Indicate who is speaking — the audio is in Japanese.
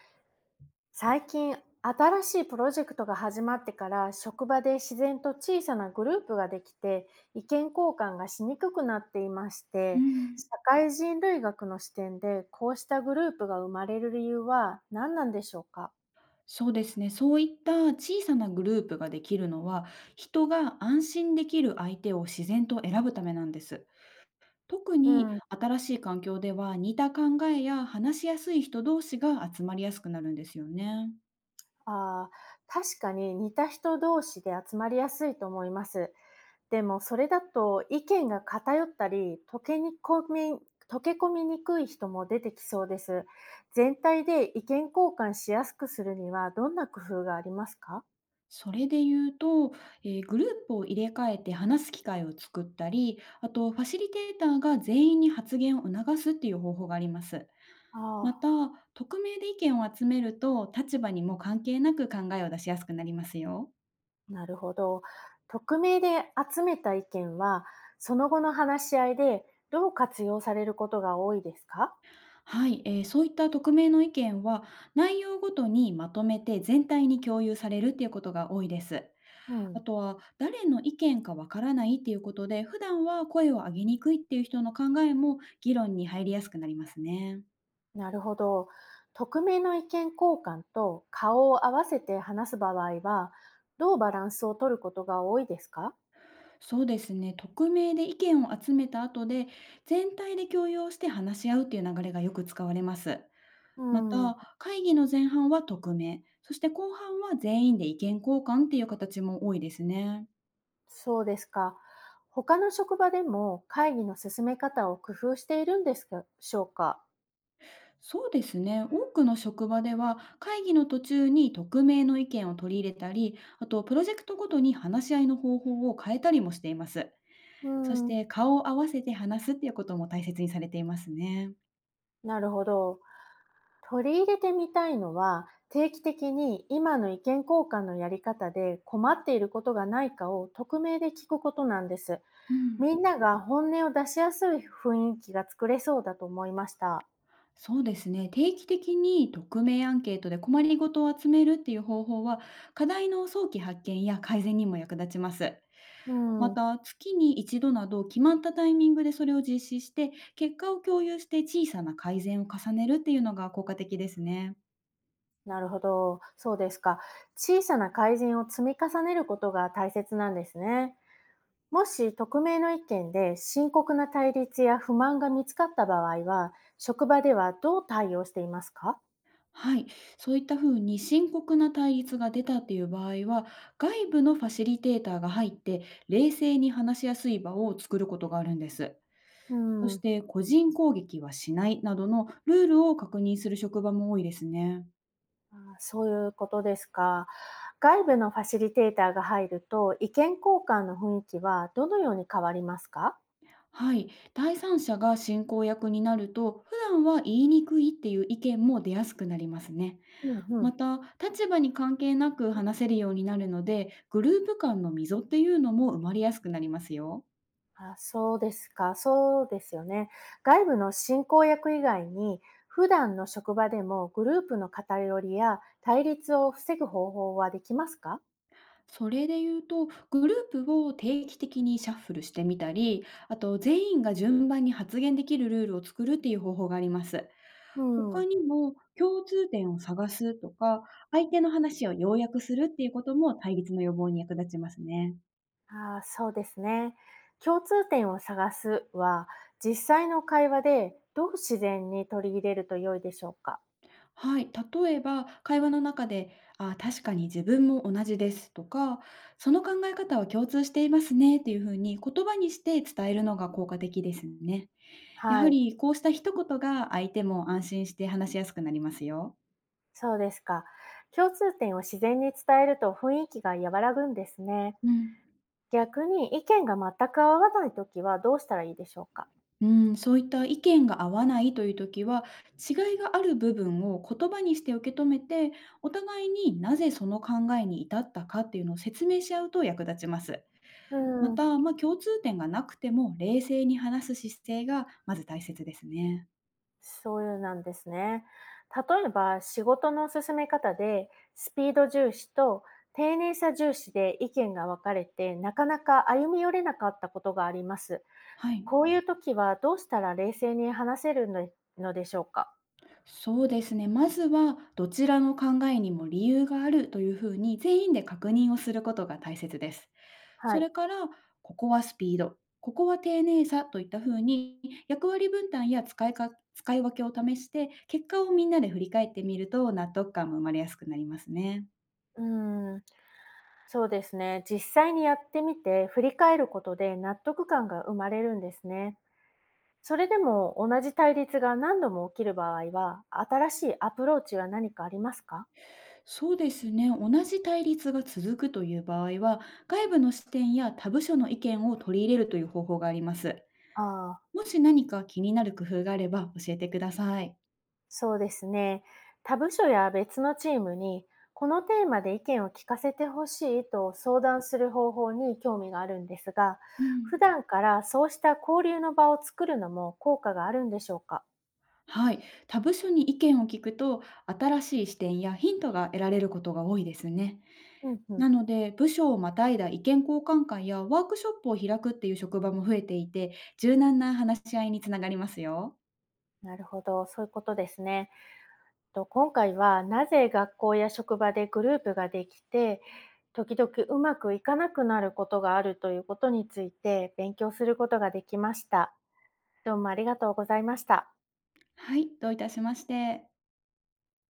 Speaker 1: 最近、新しいプロジェクトが始まってから、職場で自然と小さなグループができて、意見交換がしにくくなっていまし
Speaker 2: う
Speaker 1: て、
Speaker 2: ん、
Speaker 1: 社会人類学の視点で、こうしたグループが生まれる理由は何なんでしょうか。
Speaker 2: そうですね。そういった小さなグループができるのは、人が安心できる相手を自然と選ぶためなんです。特
Speaker 1: う
Speaker 2: に
Speaker 1: ん、
Speaker 2: 新しい環境では、似た考えや話しやすい人同士が集まりやすくなるんですよね。
Speaker 1: あー確かに似た人同士で集まりやすいと思います。でもそれだと意見が偏ったり、溶け込みにくい人も出てきそうです。全体で意見交換しやすくするにはどんな工夫がありますか。
Speaker 2: それで言うと、グループを入れ替えて話す機会を作ったり、あとファシリテーターが全員に発言を促すっていう方法があります。ま
Speaker 1: あ
Speaker 2: た、匿名で意見を集めると、立場にも関係なく考えを出しやすくなりますよ。
Speaker 1: あ、なるほど。匿名で集めた意見は、その後の話し合いでどう活用されることが多いですか。
Speaker 2: はい、そういった匿名の意見は、内容ごとにまとめて全体に共有されるっていうことが多いです。
Speaker 1: う
Speaker 2: あ
Speaker 1: ん、
Speaker 2: とは、誰の意見かわからないっていうことで、普段は声を上げにくいっていう人の考えも議論に入りやすくなりますね。
Speaker 1: なるほど。匿名の意見交換と顔を合わせて話す場合は、どうバランスを取ることが多いですか。
Speaker 2: そうですね、匿名で意見を集めた後で全体で共有して話し合うっていう流れがよく使われます。
Speaker 1: う
Speaker 2: ま
Speaker 1: ん、
Speaker 2: た、会議の前半は匿名、そして後半は全員で意見交換っていう形も多いですね。
Speaker 1: そうですか。他の職場でも会議の進め方を工夫しているんですでしょうか。
Speaker 2: そうですね。多くの職場では、会議の途中に匿名の意見を取り入れたり、あとプロジェクトごとに話し合いの方法を変えたりもしています。
Speaker 1: う
Speaker 2: そし
Speaker 1: ん、
Speaker 2: て、顔を合わせて話すっていうことも大切にされていますね。
Speaker 1: なるほど。取り入れてみたいのは、定期的に今の意見交換のやり方で困っていることがないかを匿名で聞くことなんです。
Speaker 2: うん、
Speaker 1: みんなが本音を出しやすい雰囲気が作れそうだと思いました。
Speaker 2: そうですね。定期的に匿名アンケートで困りごとを集めるっていう方法は、課題の早期発見や改善にも役立ちます。
Speaker 1: う
Speaker 2: ま
Speaker 1: ん、
Speaker 2: た、月に一度など決まったタイミングでそれを実施して、結果を共有して小さな改善を重ねるっていうのが効果的ですね。
Speaker 1: なるほど。そうですか。小さな改善を積み重ねることが大切なんですね。もし匿名の意見で深刻な対立や不満が見つかった場合は、職場ではどう対応していますか。
Speaker 2: はい、そういったふうに深刻な対立が出たっていう場合は、外部のファシリテーターが入って、冷静に話しやすい場を作ることがあるんです。
Speaker 1: う
Speaker 2: そし
Speaker 1: ん、
Speaker 2: て、個人攻撃はしないなどのルールを確認する職場も多いですね。
Speaker 1: あそういうことですか。外部のファシリテーターが入ると、意見交換の雰囲気はどのように変わりますか。
Speaker 2: はい、第三者が進行役になると、普段は言いにくいっていう意見も出やすくなりますね。
Speaker 1: うんう
Speaker 2: ま
Speaker 1: ん。
Speaker 2: た、立場に関係なく話せるようになるので、グループ間の溝っていうのも埋まりやすくなりますよ。
Speaker 1: あ、そうですか。そうですよね。外部の進行役以外に、普段の職場でもグループの偏りや対立を防ぐ方法はできますか。
Speaker 2: それで言うと、グループを定期的にシャッフルしてみたり、あと全員が順番に発言できるルールを作るっていう方法があります。
Speaker 1: う
Speaker 2: 他
Speaker 1: ん。
Speaker 2: にも、共通点を探すとか、相手の話を要約するっていうことも対立の予防に役立ちますね。
Speaker 1: ああ、そうですね。共通点を探すは、実際の会話でどう自然に取り入れると良いでしょうか。
Speaker 2: はい、例えば会話の中で「あ、確かに自分も同じです」とか「その考え方は共通していますね」っていうふうに言葉にして伝えるのが効果的ですね。や
Speaker 1: は
Speaker 2: は
Speaker 1: い、
Speaker 2: りこうした一言が、相手も安心して話しやすくなりますよ。
Speaker 1: そうですか。共通点を自然に伝えると雰囲気が和らぐんですね。
Speaker 2: うん。
Speaker 1: 逆に意見が全く合わないときはどうしたらいいでしょうか。
Speaker 2: うん、そういった意見が合わないという時は、違いがある部分を言葉にして受け止めて、お互いになぜその考えに至ったかっていうのを説明し合うと役立ちます。
Speaker 1: う
Speaker 2: ま
Speaker 1: ん、
Speaker 2: た、まあ、共通点がなくても冷静に話す姿勢がまず大切ですね。
Speaker 1: そういうなんですね。例えば仕事の進め方でスピード重視と丁寧さ重視で意見が分かれてなかなか歩み寄れなかったことがあります。
Speaker 2: はい。
Speaker 1: こういう時はどうしたら冷静に話せるのでしょうか？
Speaker 2: そうですね。まずはどちらの考えにも理由があるというふうに全員で確認をすることが大切です。
Speaker 1: は
Speaker 2: そ
Speaker 1: い。
Speaker 2: れから、ここはスピード、ここは丁寧さといったふうに、役割分担や使い分けを試して、結果をみんなで振り返ってみると納得感も生まれやすくなりますね。
Speaker 1: うーん、そうですね。実際にやってみて、振り返ることで納得感が生まれるんですね。それでも同じ対立が何度も起きる場合は、新しいアプローチは何かありますか？
Speaker 2: そうですね。同じ対立が続くという場合は、外部の視点や他部署の意見を取り入れるという方法があります。
Speaker 1: あ、あー。
Speaker 2: もし何か気になる工夫があれば教えてください。
Speaker 1: そうですね。他部署や別のチームに、このテーマで意見を聞かせてほしいと相談する方法に興味があるんですが、
Speaker 2: うん、
Speaker 1: 普段からそうした交流の場を作るのも効果があるんでしょうか。
Speaker 2: はい。他部署に意見を聞くと、新しい視点やヒントが得られることが多いですね。
Speaker 1: うんうん。
Speaker 2: なので、部署をまたいだ意見交換会やワークショップを開くっていう職場も増えていて、柔軟な話し合いにつながりますよ。
Speaker 1: なるほど。そういうことですね。と今回はなぜ学校や職場でグループができて、時々うまくいかなくなることがあるということについて勉強することができました。どうもありがとうございました。
Speaker 2: はい。どういたしまして。